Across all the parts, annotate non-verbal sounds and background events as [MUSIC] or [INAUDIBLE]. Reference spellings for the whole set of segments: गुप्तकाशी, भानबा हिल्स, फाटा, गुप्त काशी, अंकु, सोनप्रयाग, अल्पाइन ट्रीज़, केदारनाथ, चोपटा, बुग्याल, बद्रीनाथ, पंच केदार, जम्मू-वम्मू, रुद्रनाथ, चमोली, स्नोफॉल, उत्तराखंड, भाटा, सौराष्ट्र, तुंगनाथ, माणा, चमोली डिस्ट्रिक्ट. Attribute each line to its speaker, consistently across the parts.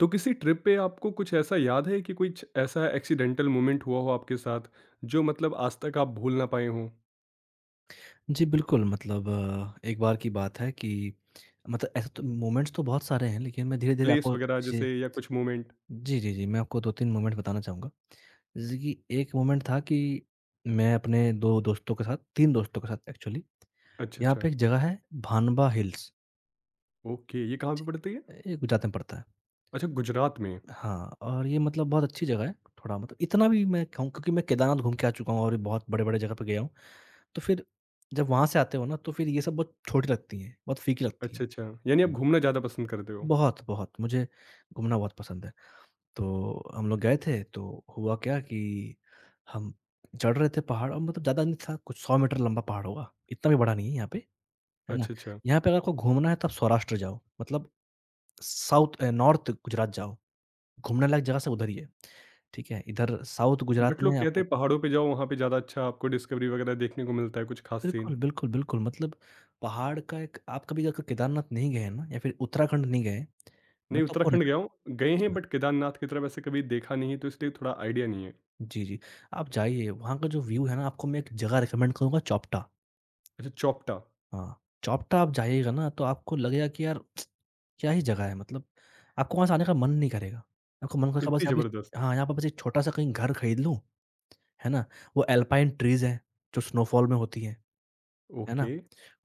Speaker 1: तो किसी trip पे आपको कुछ ऐसा याद है कि कुछ ऐसा एक्सीडेंटल मोमेंट हुआ हो आपके साथ जो मतलब आज तक आप भूल ना पाए हों?
Speaker 2: जी, बिल्कुल एक बार की बात है कि मतलब ऐसे तो मोमेंट्स तो बहुत सारे हैं, लेकिन मैं धीरे-धीरे
Speaker 1: प्लेस
Speaker 2: आपको
Speaker 1: वगैरह
Speaker 2: चीज़ें।
Speaker 1: जैसे या कुछ मोमेंट?
Speaker 2: जी, मैं आपको 2-3 मोमेंट बताना चाहूँगा। जैसे कि एक मोमेंट था कि मैं अपने 2 दोस्तों के साथ 3 दोस्तों के साथ एक्चुअली,
Speaker 1: अच्छा,
Speaker 2: यहाँ पे
Speaker 1: अच्छा।
Speaker 2: एक जगह है भानबा हिल्स।
Speaker 1: ओके, ये कहाँ पे पड़ती है?
Speaker 2: ये गुजरात में पड़ता है।
Speaker 1: अच्छा गुजरात में।
Speaker 2: हाँ, और ये मतलब बहुत अच्छी जगह है, थोड़ा मतलब इतना भी मैं कहूँ क्योंकि मैं केदारनाथ घूम के आ चुका हूँ और बहुत बड़े-बड़े जगह पे गया हूँ। तो फिर जब वहाँ से आते हो ना, तो फिर ये सब बहुत छोटी लगती हैं, बहुत फीकी लगती हैं।
Speaker 1: अच्छा, अच्छा। यानी आप घूमना ज़्यादा पसंद करते हो?
Speaker 2: बहुत, बहुत, मुझे घूमना बहुत पसंद है। तो हम लोग गए थे, तो हुआ क्या कि हम चढ़ रहे थे पहाड़ और मतलब ज़्यादा नहीं था, कुछ 100 मीटर लंबा पहाड़ होगा, इतना भी बड़ा नहीं है यहाँ पे, है ना?
Speaker 1: अच्छा, अच्छा।
Speaker 2: यहाँ पे अगर आपको घूमना है तो आप सौराष्ट्र जाओ, मतलब नॉर्थ गुजरात जाओ, घूमने लायक जगह सब उधर ही है, ठीक है? इधर साउथ गुजरात
Speaker 1: बट लोग
Speaker 2: में
Speaker 1: कहते
Speaker 2: आपको
Speaker 1: हैं पहाड़ों पे जाओ, वहाँ पे ज़्यादा अच्छा आपको डिस्कवरी वगैरह देखने को मिलता है, कुछ खास सीन।
Speaker 2: बिल्कुल, बिल्कुल, बिल्कुल मतलब पहाड़ का एक आप कभी अगर केदारनाथ नहीं गए हैं ना या फिर उत्तराखंड नहीं गए, मैं
Speaker 1: नहीं,
Speaker 2: तो आपको
Speaker 1: उत्तराखंड
Speaker 2: रेक
Speaker 1: गया हूँ, गए हैं, बट केदारनाथ की तरफ ऐसे कभी देखा नहीं है, तो इसलिए थोड़ा आइडिया नहीं है।
Speaker 2: जी, जी। आप जाइए, वहाँ का जो व्यू है ना, आपको मैं एक जगह रिकमेंड करूँगा, चोपटा।
Speaker 1: अच्छा, चोपटा।
Speaker 2: हाँ, चोपटा आप जाइएगा ना तो आपको लगेगा कि यार क्या ही जगह है, मतलब आपको वहाँ से आने का मन नहीं करेगा। आपको मन करेगा बस
Speaker 1: इतनी
Speaker 2: यहाँ
Speaker 1: ज़बरदस्त।
Speaker 2: पे, हाँ, यहाँ पे बस एक छोटा-सा कहीं घर खरीद लूँ, है ना? वो अल्पाइन ट्रीज़ हैं, जो स्नोफॉल में होती हैं, है ना?
Speaker 1: ओके,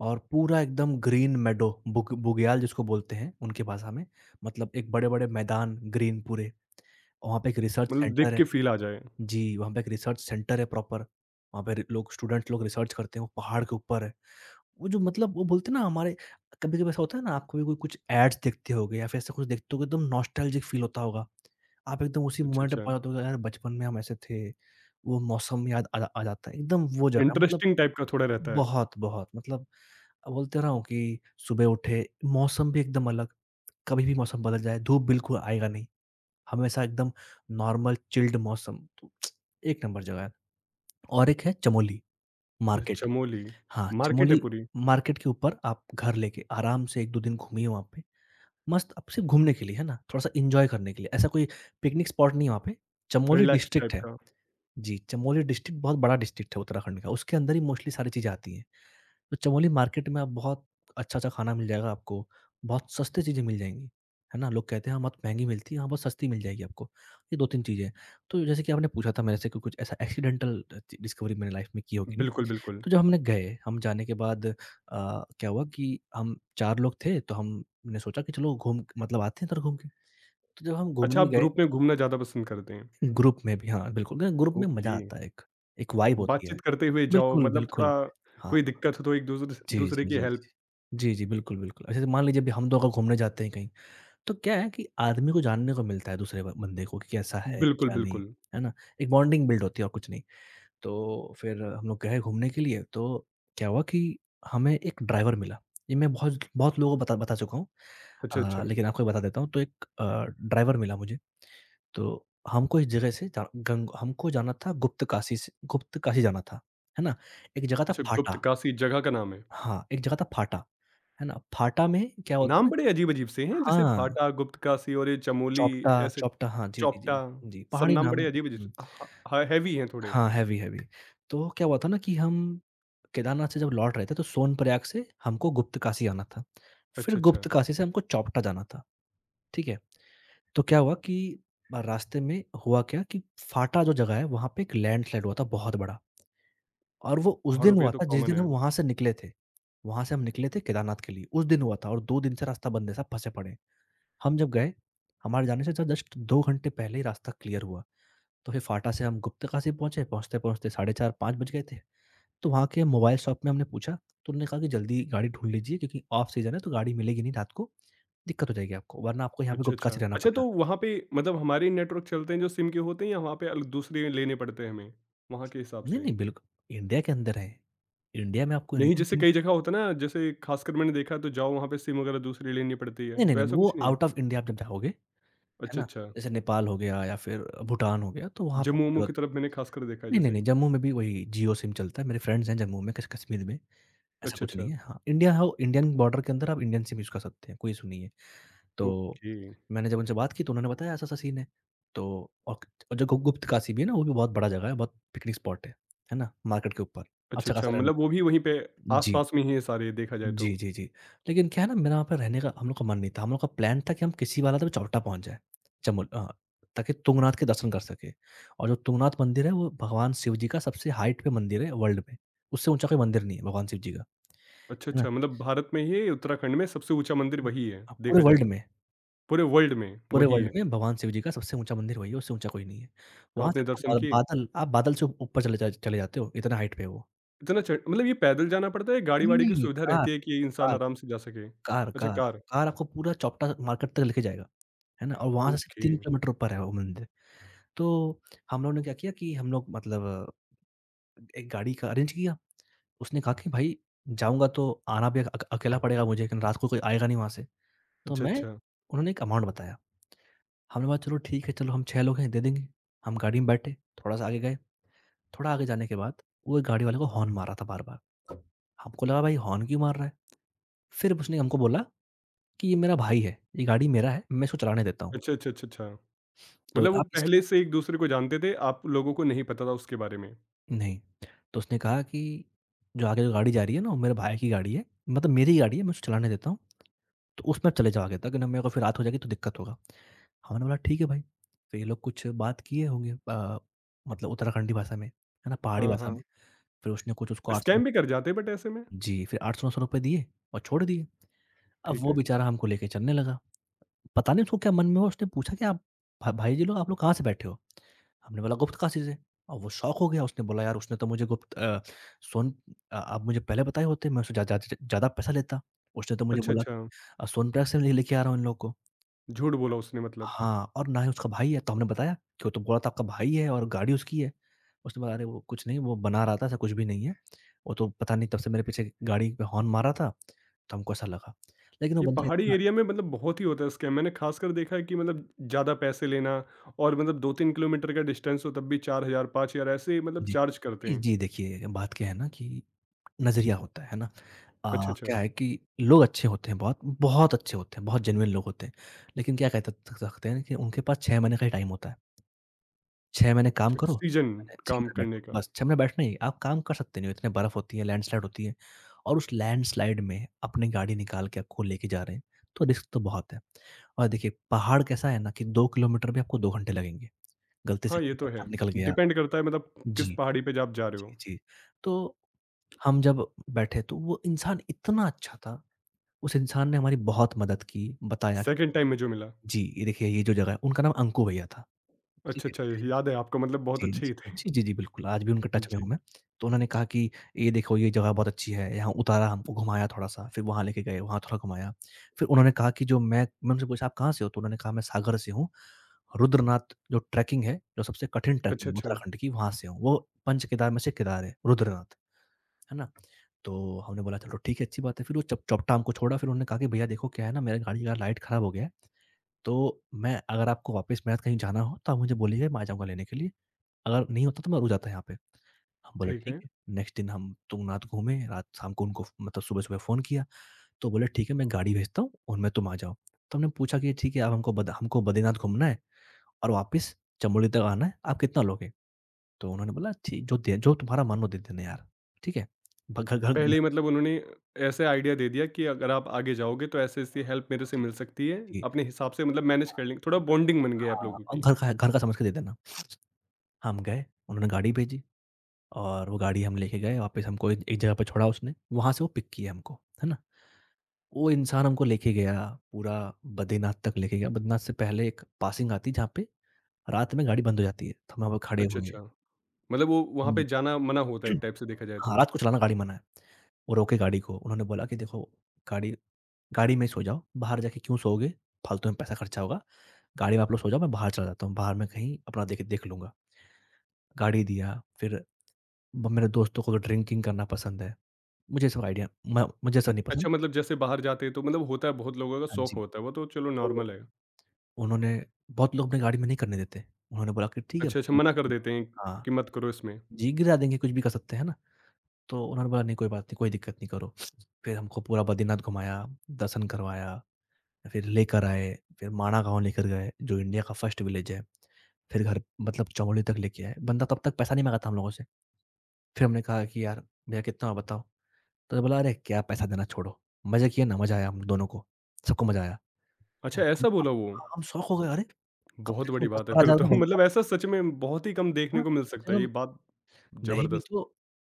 Speaker 2: और पूरा एकदम ग्रीन मेडो बुग्याल जिसको बोलते हैं उनकी भाषा में, मतलब एक बड़े-बड़े मैदान ग्रीन पूरे, वहाँ पे एक रिसर्च
Speaker 1: मतलब देख
Speaker 2: सेंटर है।
Speaker 1: के फ़ील आ जाए।
Speaker 2: जी, वहाँ पे एक रिसर्च सेंटर है प्रॉपर। वहाँ पे रि लोग स्टूडेंट्स लोग रिसर्च करते हैं, वो पहाड़ के ऊपर है। वो जो मतलब वो बोलते हैं ना हमारे, कभी-कभी ऐसा होता है ना आपको भी कोई कुछ एड्स देखते होगे या फिर ऐसा कुछ देखते होगे एकदम नॉस्टैल्जिक फील होता होगा। आप एकदम उसी
Speaker 1: अच्छा,
Speaker 2: मोमेंट में
Speaker 1: अच्छा।
Speaker 2: पहुँच जाते हो, यार बचपन में हम ऐसे थे, वो मौसम याद आ जा आ जाता है। एकदम वो जगह मतलब
Speaker 1: इंटरेस्टिंग टाइप का थोड़ा रहता है।
Speaker 2: बहुत, बहुत मतलब बोलते रहा हूँ कि सुबह उठे, मौसम भी एकदम अलग, कभी भी मौसम बदल जाए, धूप बिल्कुल आएगा नहीं। हमेशा एकदम नॉर्मल चिल्ड मौसम, तो एक नंबर जगह है। और एक है चमोली मार्केट।
Speaker 1: चमोली,
Speaker 2: हाँ,
Speaker 1: मार्केट है
Speaker 2: चमोली
Speaker 1: पूरी,
Speaker 2: मार्केट के ऊपर आप घर लेके आराम से 1-2 दिन घूमिए वहाँ पे। मस्त आप सिर्फ़ घूमने के लिए, है ना? थोड़ा-सा एन्जॉय करने के लिए। ऐसा कोई पिकनिक स्पॉट नहीं है वहाँ पे। चमोली
Speaker 1: रिलैक्स
Speaker 2: डिस्ट्रिक्ट
Speaker 1: टाइप
Speaker 2: है।
Speaker 1: का।
Speaker 2: जी, चमोली डिस्ट्रिक्ट बहुत बड़ा डिस्ट्रिक्ट है उत्तराखंड का। उसके अंदर ही मोस्टली सारी चीज़ें आती हैं। तो चमोली मार्केट में आप बहुत अच्छा-अच्छा खाना मिल जाएगा आपको। बहुत सस्ती चीज़ें मिल जाएँगी, है ना? लोग कहते हैं यहाँ बहुत महँगी मिलती है, यहाँ बहुत सस्ती मिल जाएगी आपको। ये 2-3 चीज़ें हैं। तो जैसे कि आपने पूछा था मेरे से कि कुछ ऐसा एक्सीडेंटल अ, ची डिस्कवरी मैंने लाइफ़ में की हो कि नहीं?
Speaker 1: बिल्कुल, बिल्कुल।
Speaker 2: हम जाने के बाद क्या हुआ कि हम 4 लोग थे, तो हमने सोचा कि चलो घूम मतलब आते हैं इधर घूम के। तो जब हम
Speaker 1: अच्छा,
Speaker 2: घूमने
Speaker 1: आप
Speaker 2: गए
Speaker 1: ग्रुप में घूमना ज़्यादा पसंद करते हैं।
Speaker 2: ग्रुप में भी, हाँ, बिल्कुल क्योंकि ग्रुप में मज़ा
Speaker 1: ओके,
Speaker 2: आता है, एक, एक वाइब होती है।
Speaker 1: बातचीत करते हुए जाओ
Speaker 2: बिल्कुल,
Speaker 1: मतलब
Speaker 2: बिल्कुल।
Speaker 1: थोड़ा।
Speaker 2: हाँ,
Speaker 1: कोई दिक्कत हो तो एक दूसरे स
Speaker 2: जी,
Speaker 1: दूसरे
Speaker 2: जी, जी,
Speaker 1: की
Speaker 2: जी।
Speaker 1: हेल्प।
Speaker 2: जी, जी, बिल्कुल, बिल्कुल। अच्छा, तो मान लीजिए अभी हम 2 अगर घूमने जाते हैं कहीं, तो क्या है कि आदमी को जानने को मिलता है दूसरे ब बंदे को कि कैसा है,
Speaker 1: बिल्कुल,
Speaker 2: क्या नहीं,
Speaker 1: बिल्कुल।
Speaker 2: है ना? एक बॉन्डिंग बिल्ड होती है और कुछ नहीं। तो फिर हम लोग गए घूमने के लिए, तो क्या हुआ कि हमें एक ड्राइवर मिला। ये मैं बहुत बहुत लोगों को बता बता चुका हूँ,
Speaker 1: अच्छा, अच्छा।
Speaker 2: लेकिन आपको बता देता हूँ। तो एक ड्राइवर मिला मुझे, तो हमको इस जगह से जा गंग हमको जाना था, गुप्त काशी जाना था, है ना? एक जगह था
Speaker 1: अच्छा, गुप्त
Speaker 2: फाटा।
Speaker 1: काशी जगह का नाम है।
Speaker 2: हाँ, एक जगह था फाटा, है ना? फाटा में क्या होता है
Speaker 1: नाम
Speaker 2: ना,
Speaker 1: बड़े अजीब-अजीब से हैं जैसे
Speaker 2: हाँ,
Speaker 1: भाटा, गुप्त काशी और ये चमोली,
Speaker 2: चौपटा
Speaker 1: ऐसे
Speaker 2: चौपटा हाँ, जी, जी,
Speaker 1: चौपटा।
Speaker 2: जी। जी,
Speaker 1: सब
Speaker 2: पहाड़ी
Speaker 1: नाम
Speaker 2: नाम है।
Speaker 1: बड़े अजीब-अजीब से,
Speaker 2: हुँ,
Speaker 1: ह ह हैवी हैं थोड़े।
Speaker 2: हाँ, हैवी, हैवी। तो क्या हुआ था ना कि हम केदारनाथ से जब लौट रहे थे तो सोनप्रयाग से हमको गुप्तकाशी आना था। फिर
Speaker 1: अच्छा, अच्छा।
Speaker 2: गुप्तकाशी से हमको चौपटा जाना था। ठीक है? तो क्या हुआ कि रास्ते में हुआ क्या कि फाटा जो जगह है वहाँ पे एक लैंडस्लाइड हुआ था बहुत बड़ा, और वो उस
Speaker 1: पहाड़ों
Speaker 2: दिन
Speaker 1: पे ये
Speaker 2: हुआ
Speaker 1: तो
Speaker 2: था जिस
Speaker 1: कॉमन
Speaker 2: दिन हम
Speaker 1: है।
Speaker 2: वहाँ से निकले थे। वहाँ से हम निकले थे केदारनाथ के लिए, उस दिन हुआ था और 2 दिन से रास्ता बंद है, साहब फँसे पड़े हैं। हम जब गए, हमारे जाने से ज जस्ट 2 घंटे पहले ही रास्ता क्लियर हुआ। तो फिर फाटा से हम गुप्तकाशी पहुँचे, पहुँचते-पहुँचते साढ़े 4-5 बज गए थे। तो वहाँ के मोबाइल शॉप में हमने पूछा, तो उन्होंने कहा कि जल्दी गाड़ी ढूँढ लीजिए क्योंकि ऑफ सीज़न है तो गाड़ी मिलेगी नहीं रात को, दिक्कत हो जाएगी आपको, वरना आपको यहाँ पे
Speaker 1: अच्छा,
Speaker 2: गुप्तकाशी
Speaker 1: अच्छा।
Speaker 2: रहना
Speaker 1: अच्छा
Speaker 2: पड़ेगा।
Speaker 1: तो वहाँ पे मतलब हमारे नेटवर्क चलते हैं जो सिम के होते हैं, या वहाँ पे अल दूसरे लेने पड़ते हैं हमें, वहाँ के हिसाब
Speaker 2: नहीं,
Speaker 1: से?
Speaker 2: नहीं, बिल्कुल, इंडिया के अंदर है। इंडिया में आपको
Speaker 1: नहीं
Speaker 2: इंडियन
Speaker 1: जैसे
Speaker 2: सिम।
Speaker 1: कई जगह होता है ना, जैसे खासकर मैंने देखा है तो जाओ वहाँ पे सिम वगैरह दूसरी लेनी पड़ती
Speaker 2: नहीं,
Speaker 1: है,
Speaker 2: नहीं,
Speaker 1: तो
Speaker 2: नहीं, नहीं,
Speaker 1: ऐसा
Speaker 2: वो
Speaker 1: कुछ नहीं है?
Speaker 2: आउट ऑफ इंडिया आप जब जाओगे, है
Speaker 1: अच्छा,
Speaker 2: ना?
Speaker 1: अच्छा।
Speaker 2: जैसे नेपाल हो गया या फिर भूटान हो गया तो वहाँ पे आपको
Speaker 1: जम्मू-वम्मू
Speaker 2: ज़रूरत।
Speaker 1: की तरफ मैंने खासकर देखा है
Speaker 2: नहीं, नहीं,
Speaker 1: जैसे।
Speaker 2: नहीं, जम्मू में भी वही जियो सिम चलता है, मेरे फ्रेंड्स हैं जम्मू में, कश कश्मीर में, ऐसा
Speaker 1: अच्छा,
Speaker 2: कुछ नहीं
Speaker 1: अच्छा।
Speaker 2: है। हाँ, इंडिया हो, इंडियन बॉर्डर के अंदर आप इंडियन सिम यूज़ कर सकते हैं, कोई इश्यू नहीं है। तो
Speaker 1: ओके।
Speaker 2: मैंने जब उनसे बात की तो उन्होंने बताया ऐसा-ऐसा सीन है। तो औ और जो गु गुप्तकाशी भी है ना, वो भी बहुत बड़ा जगह है, बहुत पिकनिक स्पॉट है ना? मार्केट के ऊपर,
Speaker 1: अच्छा,
Speaker 2: अच्छा
Speaker 1: अच्छा,
Speaker 2: खासा रहने।
Speaker 1: मतलब वो भी वहीं पे
Speaker 2: जी।
Speaker 1: आस-पास में ही है सारे, देखा जाए तो।
Speaker 2: जी, जी, जी। लेकिन क्या है ना, मेरा वहाँ पे रहने का हम लोग का मन नहीं था। हम लोग का प्लान था कि हम किसी बाला देवी चौटा पहुँच जाएँ, चमोल अ, ताकि तुंगनाथ के दर्शन कर सकें। और जो तुंगनाथ मंदिर है वो भगवान शिव जी का सबसे हाइट पे मंदिर है वर्ल्ड में। उससे ऊँचा कोई मंदिर नहीं है भगवान शिव जी का।
Speaker 1: अच्छा,
Speaker 2: है ना?
Speaker 1: अच्छा, मतलब भारत में ही उत्तराखंड में सबसे ऊँचा मंदिर वही है,
Speaker 2: हाँ, पूरे
Speaker 1: देखा जाए
Speaker 2: वर्ल्ड
Speaker 1: तो।
Speaker 2: में।
Speaker 1: पूरे वर्ल्ड में
Speaker 2: पूरे
Speaker 1: वही
Speaker 2: वर्ल्ड
Speaker 1: है।
Speaker 2: में भगवान शिव जी का सबसे ऊँचा मंदिर वही है, उससे ऊँचा कोई नहीं है।
Speaker 1: तो
Speaker 2: वहाँ से
Speaker 1: आपने
Speaker 2: आपको
Speaker 1: दर्शन
Speaker 2: बा
Speaker 1: किए?
Speaker 2: बादल, आप बादल से ऊपर चले जाते हो, इतना हाइट पे है वो।
Speaker 1: इतना चढ़ मतलब ये पैदल जाना पड़ता है, या
Speaker 2: नहीं,
Speaker 1: गाड़ी-वाड़ी की
Speaker 2: नहीं,
Speaker 1: सुविधा
Speaker 2: कार
Speaker 1: रहती है कि इंसान
Speaker 2: कार
Speaker 1: आराम से जा सके?
Speaker 2: कार
Speaker 1: अच्छा,
Speaker 2: कार
Speaker 1: कार।
Speaker 2: कार आपको पूरा चौपटा मार्केट तक लेके जाएगा, है ना? और वहाँ से सिर्फ़
Speaker 1: ओके।
Speaker 2: 3 किलोमीटर ऊपर है वो मंदिर। तो हम लोगों ने क्या किया कि हम लोग मतलब एक गाड़ी का अरेंज किया। उसने कहा कि भाई जाऊँगा तो आना भी अक अकेला पड़ेगा मुझे क्योंकि रात को कोई आएगा नहीं वहाँ से। तो
Speaker 1: अच्छा,
Speaker 2: मैं
Speaker 1: अच्छा।
Speaker 2: उन्होंने एक अमाउंट बताया। हमने बोला चलो ठीक है, चलो हम 6 लोग हैं दे देंगे। हम गाड़ी में बैठे, थोड़ा-सा आगे गए। थोड़ा आगे जाने के बाद, वो गाड़ी वाले को हॉर्न मार रहा था बार-बार। हमको लगा भाई हॉर्न क्यों मार रहा है? फिर उसने हमको बोला कि ये मेरा भाई है, ये गाड़ी मेरा है, मैं इसको चलाने देता हूँ।
Speaker 1: अच्छा, अच्छा, अच्छा, अच्छा।
Speaker 2: तो
Speaker 1: मतलब वो
Speaker 2: आप इसकी,
Speaker 1: पहले से एक-दूसरे को जानते थे, आप लोगों को नहीं पता था उसके बारे में।
Speaker 2: नहीं, तो उसने कहा कि जो आगे जो गाड़ी जा रही है ना वो मेरे भाई की गाड़ी है, मतलब मेरी गाड़ी है, मैं उसको चलाने देता हूँ, तो उसमें आप चले जाओ आगे तक वरना मेरे को फिर रात हो जाएगी तो दिक्कत होगा। हमने बोला ठीक है भाई, तो ये लोग कुछ बात किए होंगे मतलब उत्तराखंडी भाषा में, है ना? पहाड़ी
Speaker 1: हाँ,
Speaker 2: भाषा में।
Speaker 1: हाँ।
Speaker 2: फिर उसने कुछ उसको
Speaker 1: स्कैम
Speaker 2: ₹800,
Speaker 1: भी कर जाते हैं बट ऐसे में।
Speaker 2: जी, फिर ₹800-900 दिए और छोड़ दिए। अब
Speaker 1: ठीक
Speaker 2: वो
Speaker 1: है।
Speaker 2: बेचारा हमको लेके चलने लगा। पता नहीं उसको क्या मन में हुआ, उसने पूछा कि आप भा भाई जी लोग आप लोग कहाँ से बैठे हो? हमने बोला गुप्त काशी से। और वो शॉक हो गया, उसने बोला यार उसने तो मुझे गुप्त अ, सोन अ, आप मुझे पहले बताए होते मैं उससे ज्या ज्या ज़्यादा पैसा लेता। उसने तो मुझे
Speaker 1: अच्छा,
Speaker 2: बोला
Speaker 1: अच्छा।
Speaker 2: कि सोनप्रयाग से ले लेके आ रहा हूँ इन लोगों को।
Speaker 1: झूठ बोला उसने मतलब।
Speaker 2: हाँ, और ना ही उसका भाई है। तो हमने बताया कि वो तो बोला था आपका भाई है और गाड़ी उसकी है। उसने बोला अरे वो कुछ नहीं, वो बना रहा था, ऐसा कुछ भी नहीं है। वो तो पता नहीं तब से मेरे पीछे गाड़ी पे हॉर्न मारा था, तो हमको ऐसा लगा। लेकिन वो
Speaker 1: ये
Speaker 2: बंदा
Speaker 1: पहाड़ी
Speaker 2: इतना,
Speaker 1: एरिया में मतलब बहुत ही होता है स्कैम। मैंने खासकर देखा है कि मतलब ज़्यादा पैसे लेना, और मतलब 2-3 किलोमीटर का डिस्टेंस हो तब भी 4000, 5000 ऐसे मतलब
Speaker 2: जी।
Speaker 1: चार्ज करते
Speaker 2: जी,
Speaker 1: हैं।
Speaker 2: जी, देखिए बात क्या है ना कि नज़रिया होता है ना?
Speaker 1: अच्छा,
Speaker 2: अ,
Speaker 1: अच्छा।
Speaker 2: क्या है कि लोग अच्छे होते हैं बहुत, बहुत अच्छे होते हैं, बहुत जेनुइन लोग होते हैं। लेकिन क्या कह तक सकते हैं कि उनके पास 6 महीने का ही टाइम होता है। 6 महीने काम
Speaker 1: अच्छा,
Speaker 2: करो,
Speaker 1: सीज़न
Speaker 2: 6 महीने 6
Speaker 1: काम
Speaker 2: महीने बैठो,
Speaker 1: करने का।
Speaker 2: बस 6 महीने बैठना ही है, आप काम कर सकते नहीं हो, इतने बर्फ़ होती है, लैंडस्लाइड होती है और उस लैंडस्लाइड में अपनी गाड़ी निकाल के आपको लेके जा रहे हैं, तो रिस्क तो बहुत है। और देखिए पहाड़ कैसा है ना कि 2 किलोमीटर भी आपको 2 घंटे लगेंगे, गलती से
Speaker 1: हाँ, ये
Speaker 2: कहीं
Speaker 1: तो है।
Speaker 2: पत्थर निकल गया।
Speaker 1: डिपेंड करता है मतलब किस
Speaker 2: जी।
Speaker 1: पहाड़ी पे ज आप जा रहे
Speaker 2: जी,
Speaker 1: हो।
Speaker 2: जी। तो हम जब बैठे तो वो इंसान इतना अच्छा था, उस इंसान ने हमारी बहुत मदद की, बताया कि
Speaker 1: सेकंड टाइम में जो मिला।
Speaker 2: जी, ये देखिए ये जो जगह है, उनका नाम अंकु भैया था, ठीक
Speaker 1: अच्छा, अच्छा,
Speaker 2: है?
Speaker 1: य याद है आपको मतलब बहुत
Speaker 2: जी,
Speaker 1: अच्छे
Speaker 2: जी।
Speaker 1: ही थे।
Speaker 2: जी, जी, जी, बिल्कुल, आज भी उनके टच में हूँ
Speaker 1: जी।
Speaker 2: मैं। तो उन्होंने कहा कि ये देखो ये जगह बहुत अच्छी है, यहाँ उतारा हमको घुमाया थोड़ा-सा, फिर वहाँ लेके गए, वहाँ थोड़ा घुमाया। फिर उन्होंने कहा कि जो मैं उनसे पूछा आप कहाँ से हो? तो उन्होंने कहा मैं सागर से हूँ, रुद्रनाथ जो ट्रैकिंग है, जो सबसे कठिन ट्रैकिंग
Speaker 1: अच्छा,
Speaker 2: है
Speaker 1: अच्छा,
Speaker 2: उत्तराखंड की, वहाँ से हूँ। वो पंच केदार में से केदार है, रुद्रनाथ, है ना? तो हमने बोला चलो ठीक है अच्छी बात है। फिर वो चप चौपटा हमको छोड़ा। फिर उन्होंने कहा कि भैया देखो क्या है ना मेरा गाड़ी का लाइट खराब हो गया है। तो मैं अगर आपको वापस मेरे साथ कहीं जाना हो तो आप मुझे बोलिएगा मैं आ जाऊँगा लेने के लिए। अगर नहीं होता तो मैं रुक जाता यहाँ पे। हम बोले
Speaker 1: ठीक
Speaker 2: ठीक
Speaker 1: है।
Speaker 2: है। नेक्स्ट दिन हम तुंगनाथ घूमे रात शाम को उनको मतलब सुबह-सुबह फ़ोन किया। तो बोले ठीक है मैं गाड़ी भेजता हूँ उनमें तुम आ जाओ। तो हमने पूछा कि ठीक है अब हमको बद्रीनाथ घूमना है और वापस चमोली तक आना है। आप कितना लोगे? तो उन्होंने बोला ठीक जो दे जो तुम्हारा मन हो दे देना यार। ठीक है। ब घ घ
Speaker 1: पहले ही मतलब उन्होंने ऐसे आइडिया दे दिया कि अगर आप आगे जाओगे तो ऐसे-ऐसी हेल्प मेरे से
Speaker 2: जी,
Speaker 1: मिल सकती है,
Speaker 2: जी।
Speaker 1: अपने हिसाब से मतलब मैनेज कर लेंगे। थोड़ा बॉन्डिंग बन गया आप
Speaker 2: हाँ,
Speaker 1: लोगों
Speaker 2: और
Speaker 1: की।
Speaker 2: घर का है घर का समझ के दे देना। हम गए, उन्होंने गाड़ी भेजी और वो गाड़ी हम लेके गए वापस हमको एक एक जगह पे छोड़ा उसने, वहाँ से वो पिक किया हमको, है ना? वो इंसान हमको लेके गया, पूरा बद्रीनाथ तक लेके गया, बद्रीनाथ से पहले एक पासिंग आती है जहाँ पे रात में गाड़ी बंद हो जाती है, तो हम वहाँ पे खड़े
Speaker 1: अच्छा,
Speaker 2: हुए।
Speaker 1: अच्छा। मतलब वो वहाँ
Speaker 2: हुँ।
Speaker 1: पे जाना मना होता है एक
Speaker 2: [CLEARS THROAT]
Speaker 1: टाइप से, देखा जाए
Speaker 2: हाँ,
Speaker 1: तो।
Speaker 2: रात को चलाना गाड़ी मना है। वो रोके गाड़ी को, उन्होंने बोला कि देखो गाड़ी गाड़ी में ही सो जाओ, बाहर जाके क्यों सोओगे? फालतू में पैसा खर्चा होगा, गाड़ी में आप लोग सो जाओ मैं बाहर चला जाता हूँ, बाहर मैं कहीं अपना देख देख लूँगा। गाड़ी दिया, फिर ब मेरे दोस्तों को तो ड्रिंकिंग करना पसंद है, मुझे ये सब आइडिया म मुझे ये सब नहीं पसंद।
Speaker 1: अच्छा मतलब जैसे बाहर जाते हैं तो मतलब होता है, बहुत लोगों का
Speaker 2: हाँ
Speaker 1: शौक
Speaker 2: जी,
Speaker 1: होता है, वो तो चलो
Speaker 2: तो
Speaker 1: नॉर्मल है।
Speaker 2: उन्होंने बहुत लोग अपने गाड़ी में नहीं करने देते, उन्होंने बोला कि ठीक है
Speaker 1: अच्छा,
Speaker 2: भाई
Speaker 1: अच्छा,
Speaker 2: लोग
Speaker 1: मना कर
Speaker 2: करो।
Speaker 1: देते हैं
Speaker 2: हाँ,
Speaker 1: कि मत करो इसमें।
Speaker 2: जी गिरा देंगे कुछ भी कर सकते हैं ना? तो उन्होंने बोला नहीं कोई बात नहीं, कोई दिक्कत नहीं करो। फिर हमको पूरा बद्रीनाथ घुमाया, दर्शन करवाया, फिर लेकर आए, फिर माणा गाँव लेकर गए जो इंडिया का फर्स्ट विलेज है। फिर घर मतलब चमोली तक लेके आए, बंदा तब तक पैसा नहीं माँगा था हम लोगों से। फिर हमने कहा कि यार भैया कितना बताओ? तो बोला, "अरे! क्या पैसा देना छोड़ो, मज़े किए ना, मज़ा आया हम दोनों को, सबको मज़ा आया।"
Speaker 1: अच्छा,
Speaker 2: हम हम
Speaker 1: ऐसा बोला वो?
Speaker 2: हम हम शॉक हो गए, "अरे! कम
Speaker 1: बहुत
Speaker 2: से कम
Speaker 1: बड़ी बात है फिर
Speaker 2: 10-12,000
Speaker 1: तो
Speaker 2: तो
Speaker 1: [LAUGHS]
Speaker 2: बनता है।
Speaker 1: मतलब ऐसा सच में बहुत ही कम देखने
Speaker 2: हाँ,
Speaker 1: को मिल
Speaker 2: कम से
Speaker 1: सकता है,
Speaker 2: कम
Speaker 1: ये बात
Speaker 2: नहीं भी
Speaker 1: जबरदस्त।
Speaker 2: तो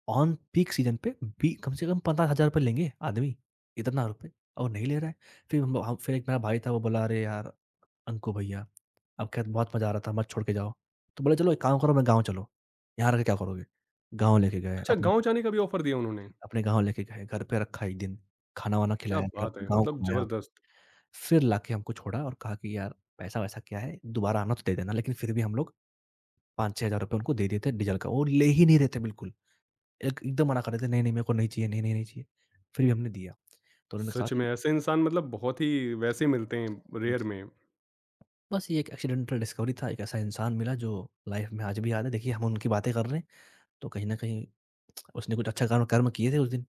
Speaker 2: ऑन पीक सीज़न पे बी कम से कम 15,000 रुपए लेंगे आदमी, इतना रुपए और नहीं ले रहा है।" फिर हम फिर एक मेरा भाई था, वो बोला, "अरे यार! अंकु भैया, आपके साथ बहुत मज़ा आ रहा था, मत छोड़ के जाओ।" तो बोले, "चलो एक काम करो, अपने गाँव चलो, यहाँ रह के क्या करोगे?" गाँव लेके गए
Speaker 1: अच्छा,
Speaker 2: अपने
Speaker 1: गाँव
Speaker 2: घर पे।
Speaker 1: जाने का भी ऑफ़र दिया उन्होंने?
Speaker 2: जी, अपने गाँव लेके गए, घर पे रखा 1 दिन, खाना-वाना
Speaker 1: क्या
Speaker 2: खिलाया, फिर
Speaker 1: बात
Speaker 2: अपना
Speaker 1: है!
Speaker 2: गाँव
Speaker 1: मतलब
Speaker 2: घुमाया।
Speaker 1: जबरदस्त।
Speaker 2: फिर लाके हमको छोड़ा और कहा कि यार पैसा-वैसा क्या है? दोबारा आना तो दे देना। लेकिन फिर भी हम लोग 5-6 हज़ार रुपए उनको दे देते डीज़ल का, वो ले ही नहीं रहे थे बिल्कुल। एक एकदम मना कर रहे थे, "नहीं, नहीं मेरे को नहीं चाहिए, नहीं, नहीं, नहीं चाहिए।" फिर भी हमने दिया। तो उन्होंने कहा
Speaker 1: सच में
Speaker 2: हुँ,
Speaker 1: ऐसे इंसान मतलब बहुत ही वैसे
Speaker 2: जी।
Speaker 1: मिलते हैं रेयर
Speaker 2: जी।
Speaker 1: में।
Speaker 2: बस ये एक एक्सीडेंटल डिस्कवरी था, एक ऐसा इंसान मिला जो लाइफ़ में आज भी याद है। देखिए हम उनकी बातें कर रहे हैं, तो कहीं न कहीं उसने कुछ अच्छा कर्म कर्म किए थे उस दिन।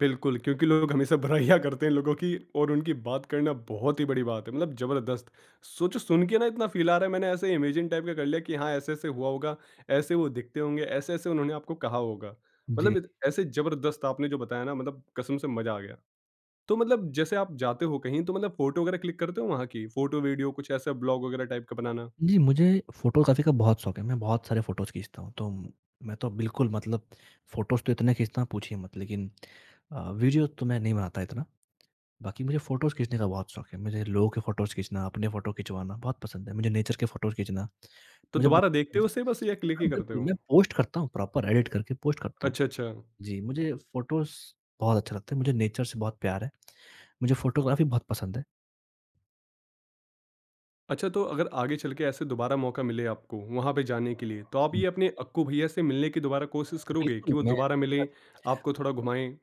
Speaker 1: बिल्कुल, क्योंकि लोग हमेशा बुराइयाँ करते हैं लोगों की, और उनकी बात करना बहुत ही बड़ी बात है। मतलब जबरदस्त। सोचो सुन के ना, इतना फ़ील आ रहा है। मैंने ऐसे इमेजिन टाइप का कर लिया कि हाँ, ऐसे-ऐसे हुआ होगा, ऐसे वो दिखते होंगे, ऐसे-ऐसे उन्होंने आपको कहा होगा।
Speaker 2: जी।
Speaker 1: मतलब इत ऐसे जबरदस्त आपने जो बताया ना, मतलब कसम से मज़ा आ गया। तो मतलब जैसे आप जाते हो कहीं, तो मतलब फ़ोटो वगैरह क्लिक करते हो वहाँ की? फ़ोटो, वीडियो, कुछ ऐसा ब्लॉग वगैरह टाइप का बनाना?
Speaker 2: जी, मुझे फ़ोटोग्राफ़ी का बहुत शौक है, मैं बहुत सारे फ़ोटोज़ खींचता हूँ, तो मैं तो बिल्कुल मतलब फ़ोटोज़ तो इतने खींचता हूँ पूछिए मत, लेकिन वीडियो तो मैं नहीं बनाता इतना, बाकी मुझे फ़ोटोज़ खींचने का बहुत शौक है। मुझे लोगों के फ़ोटोज़ खींचना, अपने फ़ोटो खिंचवाना बहुत पसंद है, मुझे नेचर के फ़ोटोज़ खींचना,
Speaker 1: तो
Speaker 2: मुझे बस
Speaker 1: दोबारा देखते
Speaker 2: बचपन
Speaker 1: हो
Speaker 2: से।
Speaker 1: उसे बस, या क्लिक ही
Speaker 2: हाँ,
Speaker 1: करते
Speaker 2: बिल्कुल,
Speaker 1: हो?
Speaker 2: मैं पोस्ट करता हूँ, प्रॉपर एडिट करके पोस्ट करता हूँ।
Speaker 1: अच्छा, अच्छा।
Speaker 2: जी, मुझे फ़ोटोज़ बहुत अच्छा लगता है, मुझे नेचर से बहुत प्यार है, मुझे फ़ोटोग्राफ़ी बहुत पसंद है।
Speaker 1: अच्छा तो अगर आगे चल के ऐसे दोबारा मौका मिले आपको वहाँ पे जाने के लिए, तो आप
Speaker 2: हुँ,
Speaker 1: ये अपने अक्कू भैया से मिलने की दोबारा कोशिश करोगे कि
Speaker 2: बिल्कुल
Speaker 1: वो
Speaker 2: मैं
Speaker 1: दोबारा
Speaker 2: उनके साथ।
Speaker 1: मिलें, आपको थोड़ा घुमाएँ?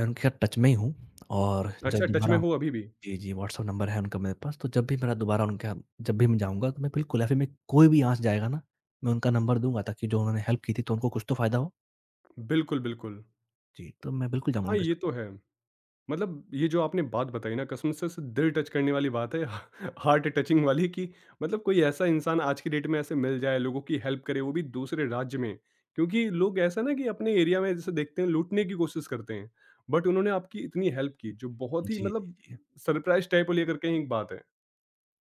Speaker 2: मैं उनके साथ टच में ही हूँ और जब
Speaker 1: अच्छा, टच में
Speaker 2: दोबारा
Speaker 1: हो अभी भी?
Speaker 2: जी, जी, व्हाट्सएप नंबर है उनका मेरे पास, तो जब भी मेरा दोबारा उनके यहाँ जब भी मैं जाऊँगा, तो मैं बिल्कुल या फिर मैं कोई भी यहाँ से जाएगा ना, मैं उनका नंबर दूँगा ताकि जो उन्होंने हेल्प की थी, तो उनको कुछ तो फ़ायदा हो।
Speaker 1: बिल्कुल, बिल्कुल।
Speaker 2: जी, तो मैं बिल्कुल जाऊँगा
Speaker 1: हाँ,
Speaker 2: उनके
Speaker 1: ये
Speaker 2: साथ।
Speaker 1: तो है। मतलब ये जो आपने बात बताई ना, कसम से दिल टच करने वाली बात है [LAUGHS] हार्ट टचिंग वाली, कि मतलब कोई ऐसा इंसान आज की डेट में ऐसे मिल जाए, लोगों की हेल्प करे, वो भी दूसरे राज्य में। क्योंकि लोग ऐसा ना कि अपने एरिया में जैसे देखते हैं लूटने की कोशिश करते हैं, बट उन्होंने आपकी इतनी हेल्प की जो बहुत ही
Speaker 2: जी,
Speaker 1: मतलब
Speaker 2: जी,
Speaker 1: सरप्राइज टाइप लेकर के ही एक बात है।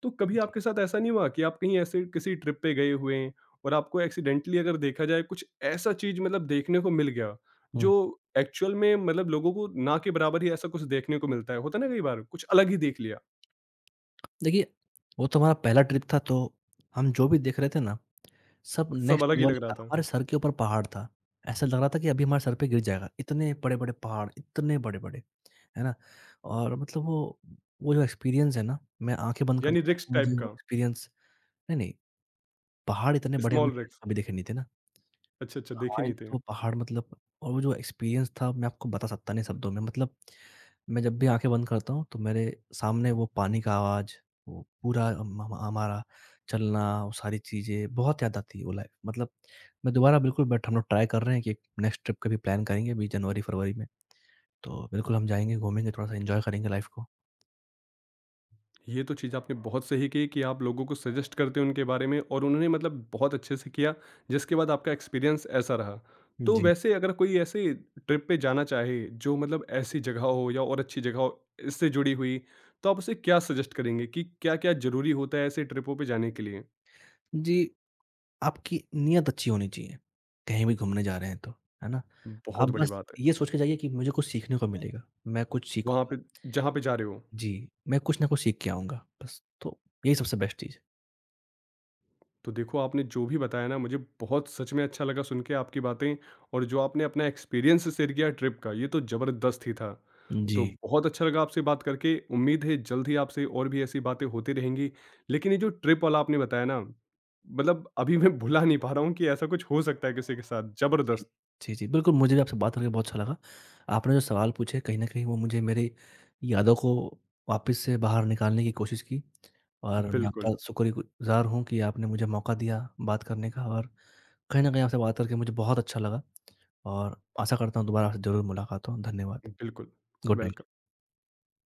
Speaker 1: तो कभी
Speaker 2: जी।
Speaker 1: आपके साथ ऐसा नहीं हुआ कि आप कहीं ऐसे किसी ट्रिप पे गए हुए हैं, और आपको एक्सीडेंटली अगर देखा जाए कुछ ऐसा चीज मतलब देखने को मिल गया
Speaker 2: हुँ,
Speaker 1: जो एक्चुअल में मतलब लोगों को ना के बराबर ही ऐसा कुछ देखने को मिलता है? होता है ना कई बार, कुछ अलग ही देख लिया।
Speaker 2: देखिए, वो तो हमारा पहला ट्रिप था, तो हम जो भी देख रहे थे ना, सब
Speaker 1: सब
Speaker 2: नेक्स्ट
Speaker 1: अलग ही
Speaker 2: लेवल
Speaker 1: लग
Speaker 2: ही
Speaker 1: रहा
Speaker 2: था।
Speaker 1: था।
Speaker 2: हमारे सर के ऊपर पहाड़ था। ऐसा लग रहा था कि अभी हमारे सर पे गिर जाएगा, इतने बड़े-बड़े पहाड़, इतने बड़े-बड़े, है ना? और मतलब वो जो एक्सपीरियंस है ना, मैं आँखें बंद
Speaker 1: यानी
Speaker 2: करता
Speaker 1: रिक्स
Speaker 2: हूँ, मुझे
Speaker 1: टाइप
Speaker 2: वो
Speaker 1: का।
Speaker 2: एक्सपीरियंस नहीं, नहीं पहाड़ इतने बड़े हमने
Speaker 1: स्मॉल
Speaker 2: पहले
Speaker 1: रिक्स।
Speaker 2: कभी देखे नहीं थे ना।
Speaker 1: अच्छा, अच्छा,
Speaker 2: तो
Speaker 1: देखे
Speaker 2: हमारे
Speaker 1: नहीं
Speaker 2: लिए
Speaker 1: थे।
Speaker 2: तो पहाड़ मतलब और वो जो एक्सपीरियंस था मैं आपको बता सकता नहीं शब्दों में। मतलब मैं जब भी आँखें बंद करता हूँ तो मेरे सामने वो पानी का आवाज़, वो पूरा हम हमारा चलना, वो सारी चीज़ें बहुत याद आती है वो लाइफ़। मतलब मैं दोबारा बिल्कुल बट हम लोग ट्राई कर रहे हैं कि एक नेक्स्ट ट्रिप का भी प्लान करेंगे अभी जनवरी-फरवरी में। तो बिल्कुल हम जाएँगे, घूमेंगे, थोड़ा-सा एन्जॉय करेंगे लाइफ़ को।
Speaker 1: ये तो चीज़ आपने बहुत सही की कि आप लोगों को सजेस्ट करते हो उनके बारे में, और उन्होंने मतलब बहुत अच्छे से किया, जिसके बाद आपका एक्सपीरियंस ऐसा रहा। तो
Speaker 2: जी।
Speaker 1: वैसे अगर कोई ऐसे ट्रिप पे जाना चाहे, जो मतलब ऐसी जगह हो या और अच्छी जगह हो इससे जुड़ी हुई, तो आप उसे क्या सजेस्ट करेंगे कि क्या-क्या ज़रूरी होता है ऐसे ट्रिपों पे जाने के लिए?
Speaker 2: जी। आपकी नियत अच्छी होनी चाहिए, कहीं भी घूमने जा रहे हैं तो, है ना? आप
Speaker 1: बहुत बड़ी
Speaker 2: बस
Speaker 1: बात
Speaker 2: ये
Speaker 1: है।
Speaker 2: सोच के जाइए कि मुझे कुछ सीखने को मिलेगा, मैं कुछ
Speaker 1: वहाँ
Speaker 2: सीखूँगा।
Speaker 1: पे, जहाँ पे जा रहे हो।
Speaker 2: जी, मैं कुछ ना कुछ सीख के आऊँगा, बस तो यही सबसे बेस्ट चीज़
Speaker 1: तो देखो, आपने जो भी बताया ना, मुझे बहुत सच में अच्छा लगा सुन के आपकी बातें, और जो आपने अपना एक्सपीरियंस शेयर किया ट्रिप का, ये तो ज़बरदस्त ही था।
Speaker 2: है। जी।
Speaker 1: तो बहुत अच्छा लगा आपसे बात करके, उम्मीद है जल्द ही आपसे और भी ऐसी बातें होती रहेंगी। लेकिन ये जो ट्रिप वाला आपने बताया ना, मतलब अभी मैं भुला नहीं पा रहा हूँ कि ऐसा कुछ हो सकता है किसी के साथ,
Speaker 2: जी।
Speaker 1: ज़बरदस्त।
Speaker 2: जी, जी, बिल्कुल मुझे भी आपसे बात करके बहुत अच्छा लगा। आपने जो सवाल पूछे कहीं न कहीं वो मुझे मेरे यादों को वापस से बाहर निकालने की कोशिश की और मैं आपका
Speaker 1: बिल्कुल।
Speaker 2: शुक्रगुज़ार हूँ कि आपने मुझे मौका दिया बात करने का और कहीं न कहीं आपसे बात करके मुझे बहुत अच्छा लगा और आशा करता हूँ दोबारा आपसे ज़रूर मुलाकात हो। धन्यवाद।
Speaker 1: बिल्कुल।
Speaker 2: Good night.
Speaker 1: वेलकम।